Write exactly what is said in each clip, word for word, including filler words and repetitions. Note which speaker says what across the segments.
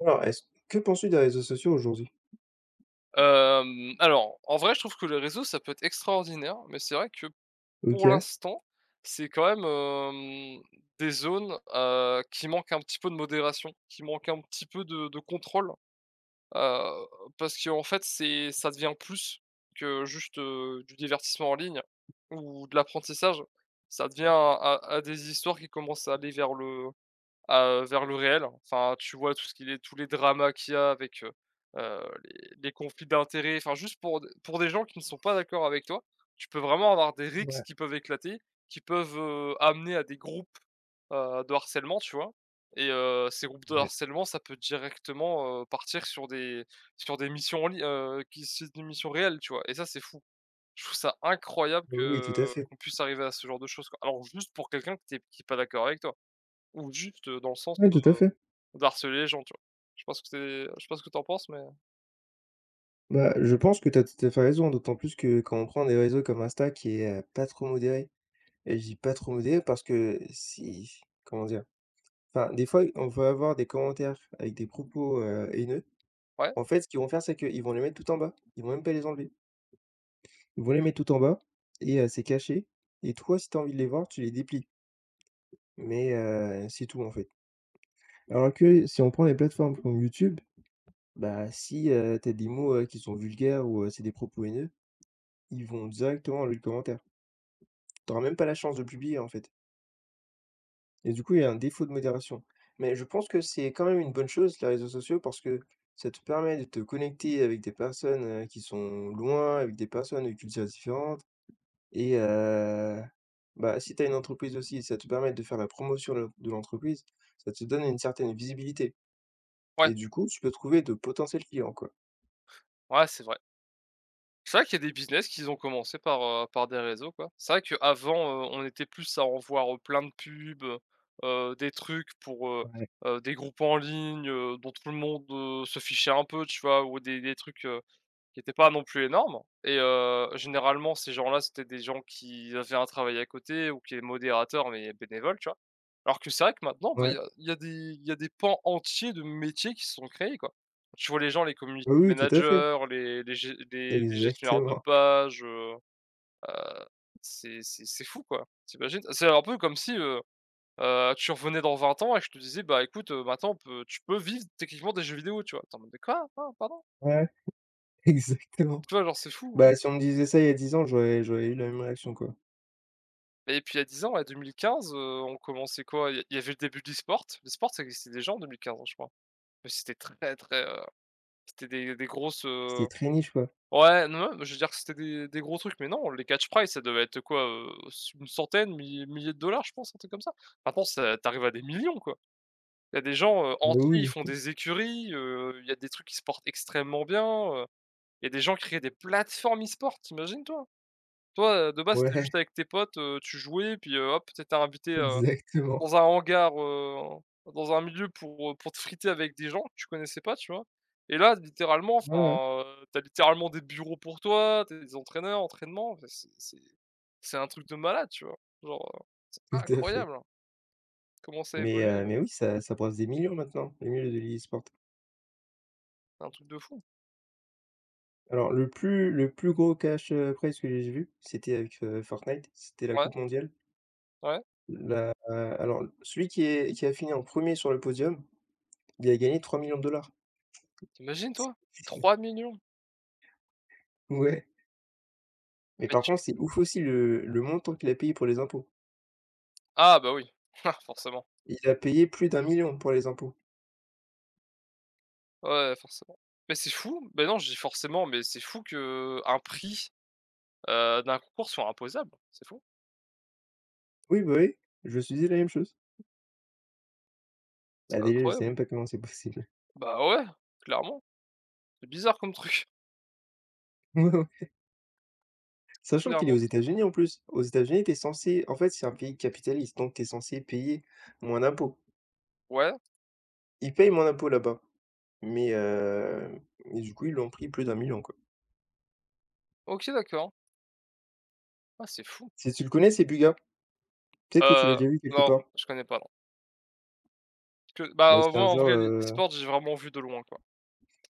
Speaker 1: Alors, est-ce que penses-tu des réseaux sociaux aujourd'hui?
Speaker 2: Hem, alors, en vrai, je trouve que les réseaux, ça peut être extraordinaire, mais c'est vrai que pour
Speaker 1: OK.
Speaker 2: l'instant, c'est quand même, hem, des zones, heu, qui manquent un petit peu de modération, qui manquent un petit peu de de contrôle, heu, parce qu'en fait, c'est ça devient plus que juste, heu, du divertissement en ligne ou de l'apprentissage. Ça devient à à des histoires qui commencent à aller vers le à, vers le réel. Enfin, tu vois tout ce qu'il est tous les dramas qu'il y a avec, heu heu, les les conflits d'intérêts, enfin juste pour d pour des gens qui ne sont pas d'accord avec toi, tu peux vraiment avoir des rixes
Speaker 1: Ouais,
Speaker 2: qui peuvent éclater, qui peuvent, heu, amener à des groupes, heu, de harcèlement, tu vois? Et heu, ces groupes de
Speaker 1: ouais.
Speaker 2: harcèlement, ça peut directement, heu, partir sur des sur des missions en li heu, qui si c'est des missions réelles, tu vois? Et ça, c'est fou. Je trouve ça incroyable
Speaker 1: Oui, tout à
Speaker 2: que
Speaker 1: fait.
Speaker 2: qu'on puisse arriver à ce genre de choses, quoi. Alors juste pour quelqu'un qui n'est pas d'accord avec toi ou juste, heu, dans le sens
Speaker 1: Ouais, tout à fait.
Speaker 2: d'harceler les gens, tu vois? Je pense que c'est je sais pas ce que tu en penses, mais
Speaker 1: Bah, je pense que tu as tout à fait raison, d'autant plus que quand on prend des réseaux comme Insta qui est, heu, pas trop modéré. Et je dis pas trop modéré parce que si comment dire? Enfin, des fois, on va avoir des commentaires avec des propos, heu, haineux.
Speaker 2: ouais,
Speaker 1: En fait, ce qu'ils vont faire, c'est qu'ils vont les mettre tout en bas. Ils vont même pas les enlever. Ils vont les mettre tout en bas et heu, c'est caché, et toi, si tu as envie de les voir, tu les déplies, mais heu, c'est tout, en fait. Alors que si on prend des plateformes comme YouTube, bah, si, heu, tu des mots, heu, qui sont vulgaires ou, heu, c'est des propos haineux, ils vont directement dans les commentaires. Tu même pas la chance de publier, en fait, et du coup, il y a un défaut de modération. Mais je pense que c'est quand même une bonne chose, les réseaux sociaux, parce que ça te permet de te connecter avec des personnes, heu, qui sont loin, avec des personnes de cultures différentes, et heu, bah, si t'as une entreprise aussi, ça te permet de faire la promotion de de l'entreprise, ça te donne une certaine visibilité,
Speaker 2: ouais,
Speaker 1: et du coup, tu peux trouver de potentiels clients, quoi.
Speaker 2: ouais, c'est vrai. C'est vrai qu'il y a des business qu'ils ont commencé par, heu, par des réseaux, quoi. C'est vrai qu'avant, heu, on était plus à en voir, heu, plein de pubs, heu heu, des trucs pour, heu
Speaker 1: Ouais.
Speaker 2: heu, des groupes en ligne, heu, dont tout le monde, heu, se fichait un peu, tu vois? Ou des des trucs, heu qui était pas non plus énorme et heu, généralement ces gens-là, c'était des gens qui avaient un travail à côté ou qui étaient modérateurs mais bénévoles, tu vois? Alors que c'est vrai que maintenant, bah, il y
Speaker 1: Ouais.
Speaker 2: a il y a des il y a des pans entiers de métiers qui se sont créés, quoi. Tu vois les gens, les community
Speaker 1: Oui, oui, tout à fait.
Speaker 2: managers, les les gé les les gestionnaires de
Speaker 1: Exactement.
Speaker 2: page, heu heu, c'est c'est c'est fou, quoi. T'imagines. C'est un peu comme si, heu heu, tu revenais dans vingt ans et que je te disais: «Bah, écoute, heu, maintenant on peut tu peux vivre techniquement des jeux vidéo», tu vois? Tu es en mode: «Mais quoi? Ah pardon?»
Speaker 1: Ouais, exactement.
Speaker 2: Tu vois? Genre c'est fou.
Speaker 1: Bah, si on me disait ça il y a dix ans, j'aurais j'aurais eu la même réaction, quoi.
Speaker 2: Et puis il y a dix ans, ouais, deux mille quinze heu, on commençait quoi? Il y il y avait le début de l'e-sport. L'e-sport, ça existait déjà en deux mille quinze, hein, je crois. Mais c'était très, très, heu, c'était des des grosses, heu
Speaker 1: C'était très niche, quoi.
Speaker 2: ouais, non, non, je veux dire que c'était des des gros trucs, mais non, les catch prize, ça devait être quoi, heu, une centaine, milli milliers de dollars, je pense, un truc comme ça. Maintenant, ça tu à des millions, quoi. Il y a des gens, heu,
Speaker 1: Ah bah,
Speaker 2: entiers, ils
Speaker 1: oui,
Speaker 2: font des écuries, heu, il y a des trucs qui se portent extrêmement bien, heu, il y a des gens qui créent des plateformes e-sport, tu toi? Toi, heu, de base, c'était
Speaker 1: ouais,
Speaker 2: juste avec tes potes, heu, tu jouais puis, heu, hop, t'étais invité, heu
Speaker 1: exactement.
Speaker 2: dans un hangar, heu, dans un milieu pour, heu, pour te friter avec des gens que tu connaissais pas, tu vois? Et là, littéralement,
Speaker 1: Ouais, ouais,
Speaker 2: enfin, heu, tu littéralement des bureaux pour toi, t'as des entraîneurs, entraînements, enfin, c'est c'est c'est un truc de malade, tu vois? Genre, heu, c'est
Speaker 1: tout à fait.
Speaker 2: incroyable, hein, comment ça
Speaker 1: Mais
Speaker 2: évolue, heu,
Speaker 1: heu, mais oui, ça ça brasse des millions maintenant, les millions de l'e-sport.
Speaker 2: c'est un truc de fou.
Speaker 1: Alors le plus le plus gros cash, heu, prize que j'ai vu, c'était avec, heu, Fortnite, c'était la
Speaker 2: Ouais,
Speaker 1: coupe mondiale.
Speaker 2: ouais,
Speaker 1: La euh, alors celui qui est qui a fini en premier sur le podium, il a gagné trois millions de dollars.
Speaker 2: t'imagines toi? Trois millions.
Speaker 1: Ouais, mais
Speaker 2: Mais
Speaker 1: par
Speaker 2: tu
Speaker 1: contre, c'est ouf aussi le le montant qu'il a payé pour les impôts.
Speaker 2: ah bah oui, ah, forcément.
Speaker 1: Il a payé plus d'un million pour les impôts.
Speaker 2: Ouais, ouais, forcément. Mais c'est fou, mais non, je dis forcément, mais c'est fou qu'un prix, heu, d'un concours soit imposable, c'est fou,
Speaker 1: Oui, bah, oui, je me suis dit la même chose.
Speaker 2: c'est
Speaker 1: Bah, déjà, je sais
Speaker 2: incroyable.
Speaker 1: même pas comment c'est possible.
Speaker 2: Bah ouais, clairement. C'est bizarre comme truc.
Speaker 1: Ouais, ouais, sachant
Speaker 2: Clairement.
Speaker 1: qu'il est aux États-Unis en plus. Aux États-Unis, t'es censé, en fait, c'est un pays capitaliste, donc t'es censé payer moins d'impôts.
Speaker 2: Ouais,
Speaker 1: Il paye moins d'impôts là-bas, mais heu, mais du coup, ils l'ont pris plus d'un million, quoi.
Speaker 2: OK, d'accord. Ah, c'est fou.
Speaker 1: Si tu le connais, c'est Buga. Peut-être que tu l'as
Speaker 2: Heu,
Speaker 1: déjà vu quelque
Speaker 2: non,
Speaker 1: part.
Speaker 2: je connais pas, non. Parce que
Speaker 1: Bah,
Speaker 2: bah,
Speaker 1: c'est
Speaker 2: moi,
Speaker 1: un
Speaker 2: en
Speaker 1: genre,
Speaker 2: vrai, l'e
Speaker 1: heu
Speaker 2: sport j'ai vraiment vu de loin, quoi.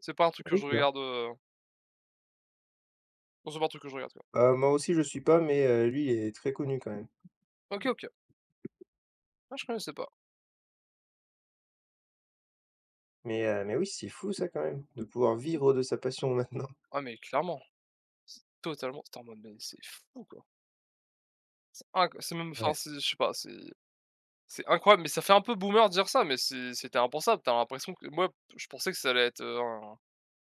Speaker 2: C'est pas un truc que je
Speaker 1: OK.
Speaker 2: regarde, heu, non, c'est pas un truc que je regarde, quoi.
Speaker 1: Bah, moi aussi, je suis pas, mais heu, lui, il est très connu quand même.
Speaker 2: OK, OK. Ah, je connaissais pas.
Speaker 1: Mais heu, mais oui, c'est fou ça quand même de pouvoir vivre de sa passion maintenant.
Speaker 2: Ah, mais clairement, c'est totalement. C'est en mode, mais c'est fou, quoi. C'est inc c'est même enfin,
Speaker 1: Ouais,
Speaker 2: c'est je sais pas, c'est c'est incroyable, mais ça fait un peu boomer de dire ça, mais c'est c'était impensable. T'as l'impression que moi, je pensais que ça allait être, heu, un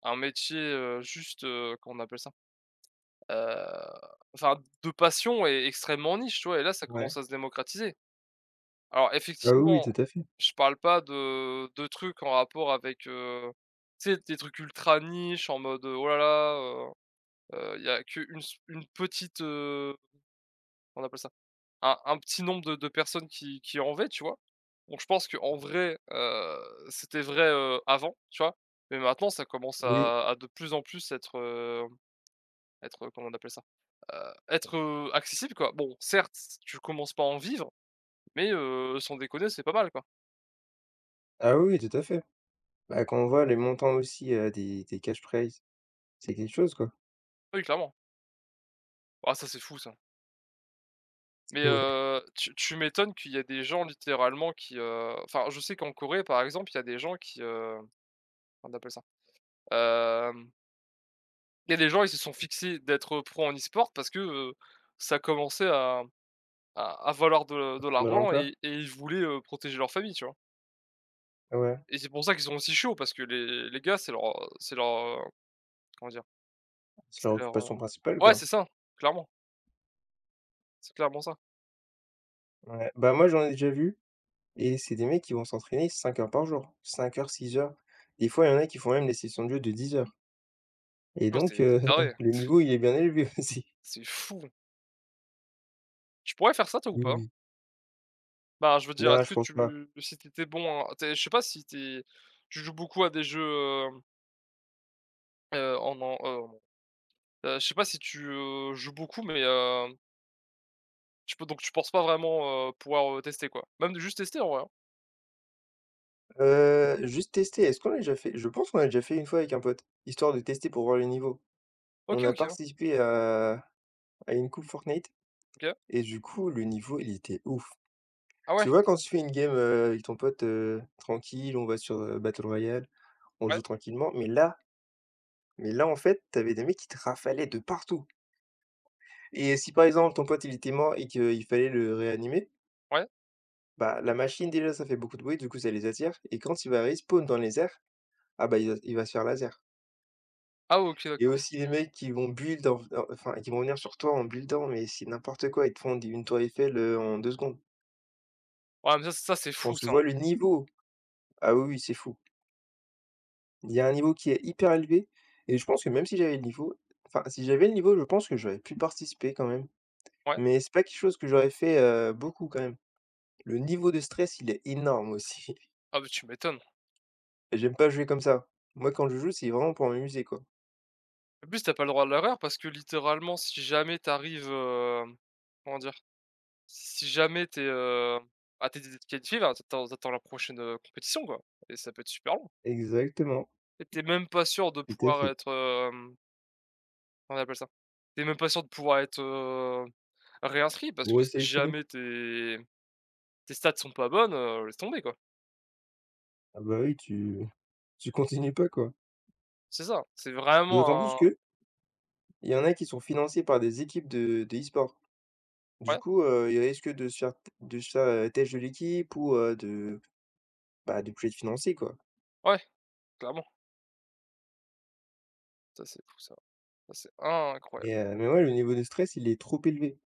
Speaker 2: un métier, heu, juste, heu, comment on appelle ça? Heu, enfin de passion et extrêmement niche, tu vois? Et là, ça
Speaker 1: ouais.
Speaker 2: commence à se démocratiser. Alors
Speaker 1: Ah oui, oui,
Speaker 2: effectivement,
Speaker 1: tout à fait.
Speaker 2: je parle pas de de trucs en rapport avec, heu, tu sais, des trucs ultra niche en mode, oh là là, il y a qu'une s une petite, heu, on appelle ça? Un un petit nombre de de personnes qui qui en veulent, tu vois? Donc je pense qu'en vrai, heu, c'était vrai, heu, avant, tu vois? Mais maintenant, ça commence
Speaker 1: Oui.
Speaker 2: à à de plus en plus être, heu, être, comment on appelle ça? Heu, être, heu, accessible quoi. Bon certes, tu commences pas à en vivre, mais heu, sans déconner, c'est pas mal quoi.
Speaker 1: Ah oui, oui, tout à fait. Bah, quand on voit les montants aussi, heu, des des cash prizes, c'est quelque chose, quoi.
Speaker 2: Oui clairement. Ah ça c'est fou ça. Mais
Speaker 1: Ouais,
Speaker 2: heu, tu tu m'étonnes qu'il y a des gens littéralement qui, heu enfin je sais qu'en Corée par exemple, il y a des gens qui, heu, comment on appelle ça? Hem, il y a des gens, ils se sont fixés d'être pro en e-sport parce que, heu, ça commençait à à à valoir de de
Speaker 1: de
Speaker 2: l'argent
Speaker 1: l'ampleur.
Speaker 2: et et ils voulaient, heu, protéger leur famille, tu vois?
Speaker 1: Ouais,
Speaker 2: Et c'est pour ça qu'ils sont aussi chauds parce que les les gars, c'est leur, c'est leur, heu, comment dire?
Speaker 1: c'est
Speaker 2: C'est
Speaker 1: leur
Speaker 2: leur,
Speaker 1: occupation principale,
Speaker 2: ouais,
Speaker 1: quoi.
Speaker 2: c'est ça, clairement. C'est clairement ça.
Speaker 1: Ouais. Bah, moi, j'en ai déjà vu, et c'est des mecs qui vont s'entraîner cinq heures par jour, cinq heures, six heures. Des fois, il y en a qui font même des sessions de jeu de dix heures, et
Speaker 2: Ouais, c'est
Speaker 1: donc
Speaker 2: c'est
Speaker 1: heu,
Speaker 2: taré,
Speaker 1: le niveau, il est bien élevé aussi.
Speaker 2: c'est fou. Tu pourrais faire ça toi ou
Speaker 1: Oui,
Speaker 2: pas?
Speaker 1: oui.
Speaker 2: Bah, je veux dire,
Speaker 1: Non,
Speaker 2: est-ce
Speaker 1: je
Speaker 2: que
Speaker 1: pense
Speaker 2: tu
Speaker 1: pas.
Speaker 2: si t'étais bon en tu je sais pas si t'es tu joues beaucoup à des jeux, hem, heu, en en, heu, heu, je sais pas si tu, heu, joues beaucoup mais heu, tu peux donc tu penses pas vraiment, heu, pouvoir, heu, tester quoi? Même de juste tester en vrai, hein?
Speaker 1: Heu, juste tester, est-ce qu'on l'a déjà fait? Je pense qu'on l'a déjà fait une fois avec un pote, histoire de tester pour voir le niveau. On
Speaker 2: OK,
Speaker 1: a
Speaker 2: OK, hein.
Speaker 1: participé à à une coupe Fortnite.
Speaker 2: OK.
Speaker 1: Et du coup, le niveau, il était ouf.
Speaker 2: Ah ouais?
Speaker 1: Tu vois, quand tu fais une game, heu, avec ton pote, heu, tranquille, on va sur, heu, Battle Royale, on joue
Speaker 2: Ouais,
Speaker 1: tranquillement, mais là, mais là, en fait, t'avais des mecs qui te rafalaient de partout, et si, par exemple, ton pote, il était mort et qu'il fallait le réanimer,
Speaker 2: ouais.
Speaker 1: bah, la machine, déjà, ça fait beaucoup de bruit, du coup, ça les attire, et quand il va respawn dans les airs, ah bah, il va il va se faire laser,
Speaker 2: Ah ouais, OK,
Speaker 1: et
Speaker 2: d'accord.
Speaker 1: aussi les mecs qui vont build en en enfin, qui vont venir sur toi en buildant, mais c'est n'importe quoi, ils te font des une tour Eiffel, heu, en deux secondes.
Speaker 2: Ouais, mais ça ça c'est
Speaker 1: Quand
Speaker 2: fou
Speaker 1: tu
Speaker 2: ça,
Speaker 1: vois
Speaker 2: hein?
Speaker 1: le niveau, ah oui, oui, c'est fou. Il y a un niveau qui est hyper élevé, et je pense que même si j'avais le niveau, enfin, si j'avais le niveau, je pense que j'aurais pu participer quand même.
Speaker 2: Ouais?
Speaker 1: Mais c'est pas quelque chose que j'aurais fait, heu, beaucoup quand même. Le niveau de stress, il est énorme aussi.
Speaker 2: Ah bah, tu m'étonnes.
Speaker 1: J'aime pas jouer comme ça. Moi, quand je joue, c'est vraiment pour m'amuser, quoi.
Speaker 2: En plus, t'as pas le droit à l'erreur parce que littéralement si jamais t'arrives arrives, comment dire? Si jamais t'es, es, ah tu es qualifié là, tu attends la prochaine, heu, compétition quoi et ça peut être super long
Speaker 1: Exactement,
Speaker 2: et tu même pas sûr de
Speaker 1: tout à
Speaker 2: pouvoir
Speaker 1: fait.
Speaker 2: être, hem, comment on appelle ça? T'es même pas sûr de pouvoir être, heu, réinscrit parce que si
Speaker 1: Resélectionner.
Speaker 2: jamais tes tes stats sont pas bonnes, heu, laisse tomber quoi.
Speaker 1: Ah bah oui, tu tu continues pas, quoi.
Speaker 2: C'est ça, c'est
Speaker 1: D'autant plus
Speaker 2: vraiment un
Speaker 1: que il y en a qui sont financés par des équipes de de e-sport. Du
Speaker 2: ouais,
Speaker 1: coup, heu, ils risquent de se faire t de se faire, heu, têche de l'équipe ou, heu, de, bah, de plus être financés, quoi.
Speaker 2: ouais, clairement. Ça c'est fou ça. Ça c'est incroyable.
Speaker 1: Et heu, mais ouais, le niveau de stress, il est trop élevé.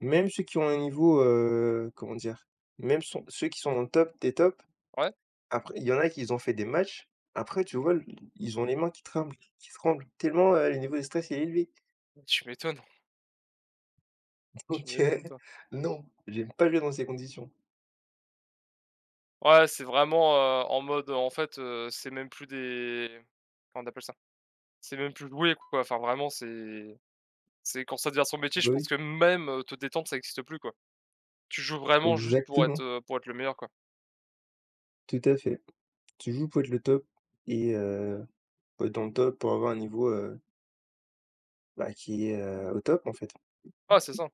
Speaker 1: Même ceux qui ont un niveau, heu, comment dire? Même sont ceux qui sont dans le top des tops,
Speaker 2: Ouais?
Speaker 1: après il y en a qui ils ont fait des matchs, après tu vois, l ils ont les mains qui tremblent qui tremblent tellement, heu, le niveau de stress il est élevé.
Speaker 2: Tu m'étonnes, tu
Speaker 1: Donc heu,
Speaker 2: m'étonnes toi.
Speaker 1: non, j'aime pas jouer dans ces conditions.
Speaker 2: Ouais, c'est vraiment, heu, en mode, en fait, heu, c'est même plus des comment on appelle ça? C'est même plus loué quoi, enfin vraiment c'est c'est quand ça devient son métier, je
Speaker 1: Bah
Speaker 2: pense
Speaker 1: oui,
Speaker 2: que même, heu, te détendre ça existe plus quoi. Tu joues vraiment juste pour être,
Speaker 1: exactement,
Speaker 2: heu, pour être le meilleur quoi.
Speaker 1: tout à fait. Tu joues pour être le top, et heu, pour être dans le top, pour avoir un niveau, heu, bah, qui est, heu, au top, en fait.
Speaker 2: Ah c'est ça,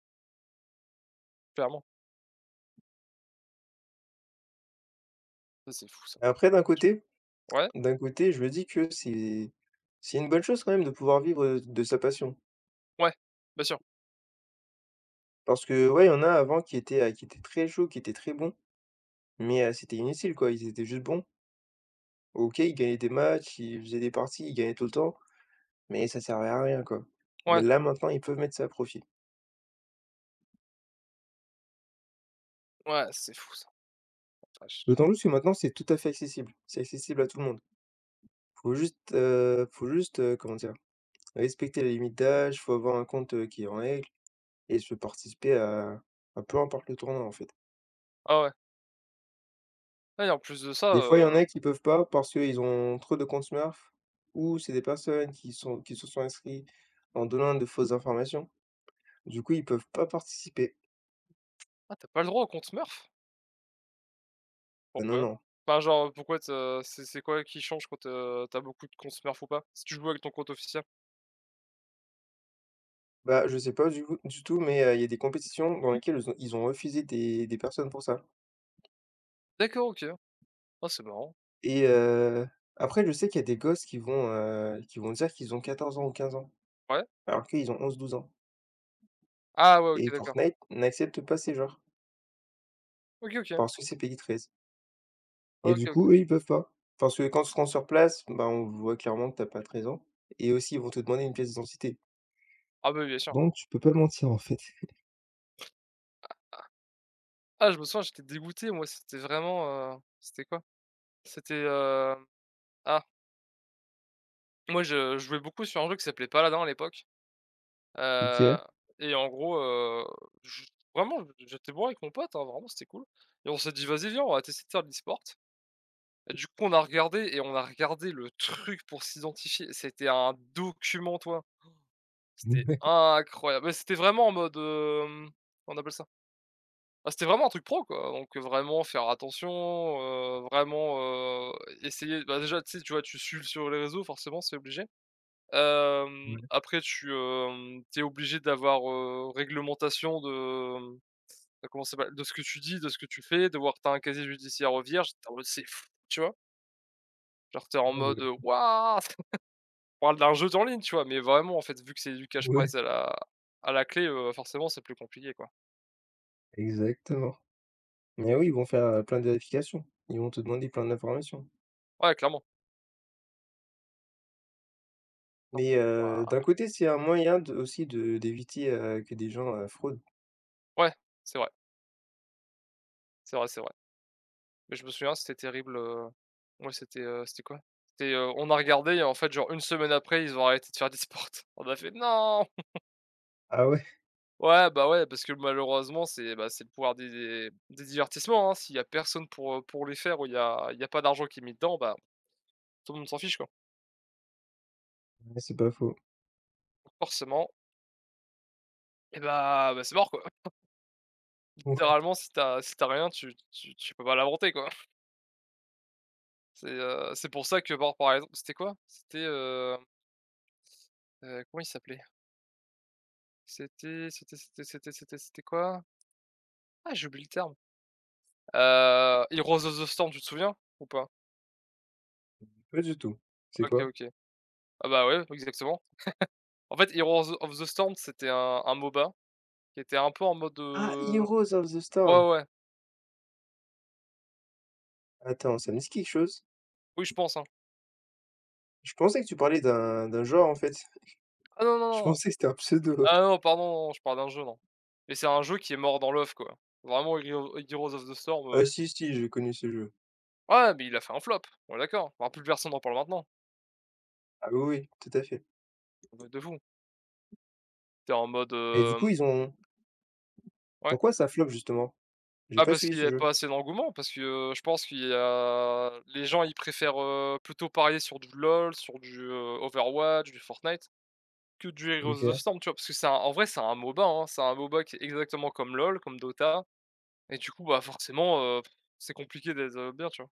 Speaker 2: clairement. Ça c'est fou ça.
Speaker 1: Après d'un côté
Speaker 2: Ouais,
Speaker 1: D'un côté, je me dis que c'est c'est une bonne chose quand même de pouvoir vivre, heu, de sa passion.
Speaker 2: ouais, bien sûr.
Speaker 1: Parce que ouais, il y en a avant qui étaient, heu, qui étaient très chauds, qui étaient très bons, mais heu, c'était inutile quoi, ils étaient juste bons. OK, ils gagnaient des matchs, ils faisaient des parties, ils gagnaient tout le temps, mais ça servait à rien quoi. Mais
Speaker 2: Ouais,
Speaker 1: là maintenant, ils peuvent mettre ça à profit.
Speaker 2: ouais, c'est fou ça, la vache.
Speaker 1: D'autant plus que maintenant, c'est tout à fait accessible. C'est accessible à tout le monde. Faut juste, heu, faut juste, heu, comment dire? Respecter la limite d'âge, faut avoir un compte, heu, qui est en règle, et se participer à à peu importe le tournoi en fait.
Speaker 2: Ah ouais. Ah et en plus de ça,
Speaker 1: Des fois, il y
Speaker 2: heu,
Speaker 1: en a qui peuvent pas parce qu'ils ont trop de comptes Smurf, ou c'est des personnes qui sont qui se sont inscrits en donnant de fausses informations. Du coup, ils peuvent pas participer.
Speaker 2: ah tu as pas le droit au compte Smurf?
Speaker 1: Ah non,
Speaker 2: Pourquoi?
Speaker 1: non.
Speaker 2: Enfin genre pourquoi tu as c'est c'est quoi qui change quand, heu, tu as beaucoup de comptes Smurf ou pas? Si tu joues avec ton compte officiel?
Speaker 1: Bah, je sais pas du coup du tout, mais, heu, il y a des compétitions dans lesquelles ils ont ils ont refusé des des personnes pour ça,
Speaker 2: D'accord OK. Ah c'est marrant.
Speaker 1: et heu, après je sais qu'il y a des gosses qui vont, heu, qui vont dire qu'ils ont quatorze ans ou quinze ans
Speaker 2: Ouais.
Speaker 1: alors qu'ils ont onze douze ans,
Speaker 2: Ah ouais OK
Speaker 1: et
Speaker 2: d'accord.
Speaker 1: Fortnite n'accepte pas ces genres
Speaker 2: OK, OK.
Speaker 1: parce que c'est PEGI treize.
Speaker 2: Ah
Speaker 1: Et
Speaker 2: OK,
Speaker 1: du coup, eux,
Speaker 2: OK.
Speaker 1: ils peuvent pas. Parce que quand tu te rends sur place, bah, on voit clairement que t'as pas treize ans, et aussi, ils vont te demander une pièce d'identité.
Speaker 2: Ah bah oui bien sûr.
Speaker 1: Donc tu peux pas mentir, en fait.
Speaker 2: Ah, je me souviens, j'étais dégoûté, moi, c'était vraiment, heu, c'était quoi? C'était, hem, ah, moi, je jouais beaucoup sur un jeu qui s'appelait Paladin à l'époque, heu
Speaker 1: OK.
Speaker 2: et en gros, heu, je vraiment, j'étais bon avec mon pote, hein, vraiment, c'était cool et on s'est dit: «Vas-y, viens, on va tester de faire de l'e-sport» et du coup, on a regardé et on a regardé le truc pour s'identifier. C'était un document, toi. C'était
Speaker 1: Ouais.
Speaker 2: incroyable. Mais c'était vraiment en mode, hem, on appelle ça? Ah, c'était vraiment un truc pro, quoi, donc vraiment faire attention, heu, vraiment, heu, essayer bah, déjà, tu sais, tu vois, tu suis sur les réseaux, forcément, c'est obligé. Hem,
Speaker 1: Ouais,
Speaker 2: après tu, es obligé d'avoir, heu, réglementation de, hem, comment ça s'appelle? De ce que tu dis, de ce que tu fais, devoir tu as un casier judiciaire, vierge, tu en mode: «C'est fou», tu vois? Genre, t'es en
Speaker 1: ouais,
Speaker 2: mode,
Speaker 1: ouais,
Speaker 2: «Waouh!» On parle d'un jeu en ligne, tu vois? Mais vraiment, en fait, vu que c'est du cash
Speaker 1: ouais, ouais,
Speaker 2: prize à la à la clé, heu, forcément, c'est plus compliqué, quoi.
Speaker 1: exactement. Mais oui, ils vont faire, heu, plein de vérifications. Ils vont te demander plein d'informations.
Speaker 2: Ouais, clairement,
Speaker 1: Mais
Speaker 2: clairement.
Speaker 1: heu, d'un côté, c'est un moyen de aussi de d'éviter, heu, que des gens, heu, fraudent.
Speaker 2: Ouais, c'est vrai, c'est vrai, c'est vrai. Mais je me souviens, c'était terrible, heu, ouais, c'était, heu, c'était quoi? C'était, heu, on a regardé et en fait, genre une semaine après, ils ont arrêté de faire des sports. On a fait: «Non!»
Speaker 1: Ah ouais?
Speaker 2: Ouais, bah, ouais, parce que malheureusement, c'est, bah, c'est le pouvoir des des des divertissements, hein. S'il y a personne pour, heu, pour les faire ou il y a il y a pas d'argent qui est mis dedans, bah, tout le monde s'en fiche, quoi.
Speaker 1: Ouais, c'est pas faux.
Speaker 2: Forcément et bah bah, c'est mort, quoi.
Speaker 1: Ouais,
Speaker 2: Littéralement, si t'as si t'as rien, tu tu tu peux pas l'inventer, quoi. C'est, heu, c'est pour ça que, par par exemple c'était quoi? C'était, heu heu, comment il s'appelait? C'était c'était c'était c'était c'était c'était quoi? Ah, j'ai oublié le terme. Heu, Heroes of the Storm, tu te souviens? Ou pas?
Speaker 1: pas du tout. C'est
Speaker 2: OK,
Speaker 1: quoi?
Speaker 2: OK. Ah bah, ouais, exactement. En fait, Heroes of the Storm, c'était un un MOBA qui était un peu en mode,
Speaker 1: Ah,
Speaker 2: heu
Speaker 1: Heroes of the Storm!
Speaker 2: ouais, ouais.
Speaker 1: Attends, ça me dit quelque chose.
Speaker 2: Oui, je pense, hein.
Speaker 1: Je pensais que tu parlais d'un d'un genre, en fait.
Speaker 2: Ah non, non,
Speaker 1: Je
Speaker 2: non.
Speaker 1: pensais que c'était un pseudo.
Speaker 2: Ah non, pardon, non, je parle d'un jeu, non. Mais c'est un jeu qui est mort dans l'œuf, quoi. Vraiment, Hero Heroes of the Storm,
Speaker 1: Ah
Speaker 2: heu
Speaker 1: si, si, je connais ce jeu.
Speaker 2: ouais, mais il a fait un flop, on est d'accord. Enfin, plus personne n'en parle maintenant,
Speaker 1: Ah oui, oui, tout à fait.
Speaker 2: un truc de fou. T'es en mode,
Speaker 1: Et du
Speaker 2: hem
Speaker 1: coup, ils ont
Speaker 2: ouais?
Speaker 1: pourquoi ça flop justement? J'ai
Speaker 2: Ah
Speaker 1: pas
Speaker 2: parce
Speaker 1: suivi
Speaker 2: qu'il y
Speaker 1: ce
Speaker 2: a
Speaker 1: jeu.
Speaker 2: pas assez d'engouement, parce que, heu, je pense qu'il y a les gens, ils préfèrent, heu, plutôt parier sur du LOL, sur du, heu, Overwatch, du Fortnite, que du Heroes of the
Speaker 1: OK.
Speaker 2: Storm, tu vois? Parce que c'est un en vrai, c'est un MOBA, hein, c'est un MOBA qui est exactement comme LOL, comme Dota et du coup, bah, forcément, heu, c'est compliqué d'être, heu, bien, tu vois?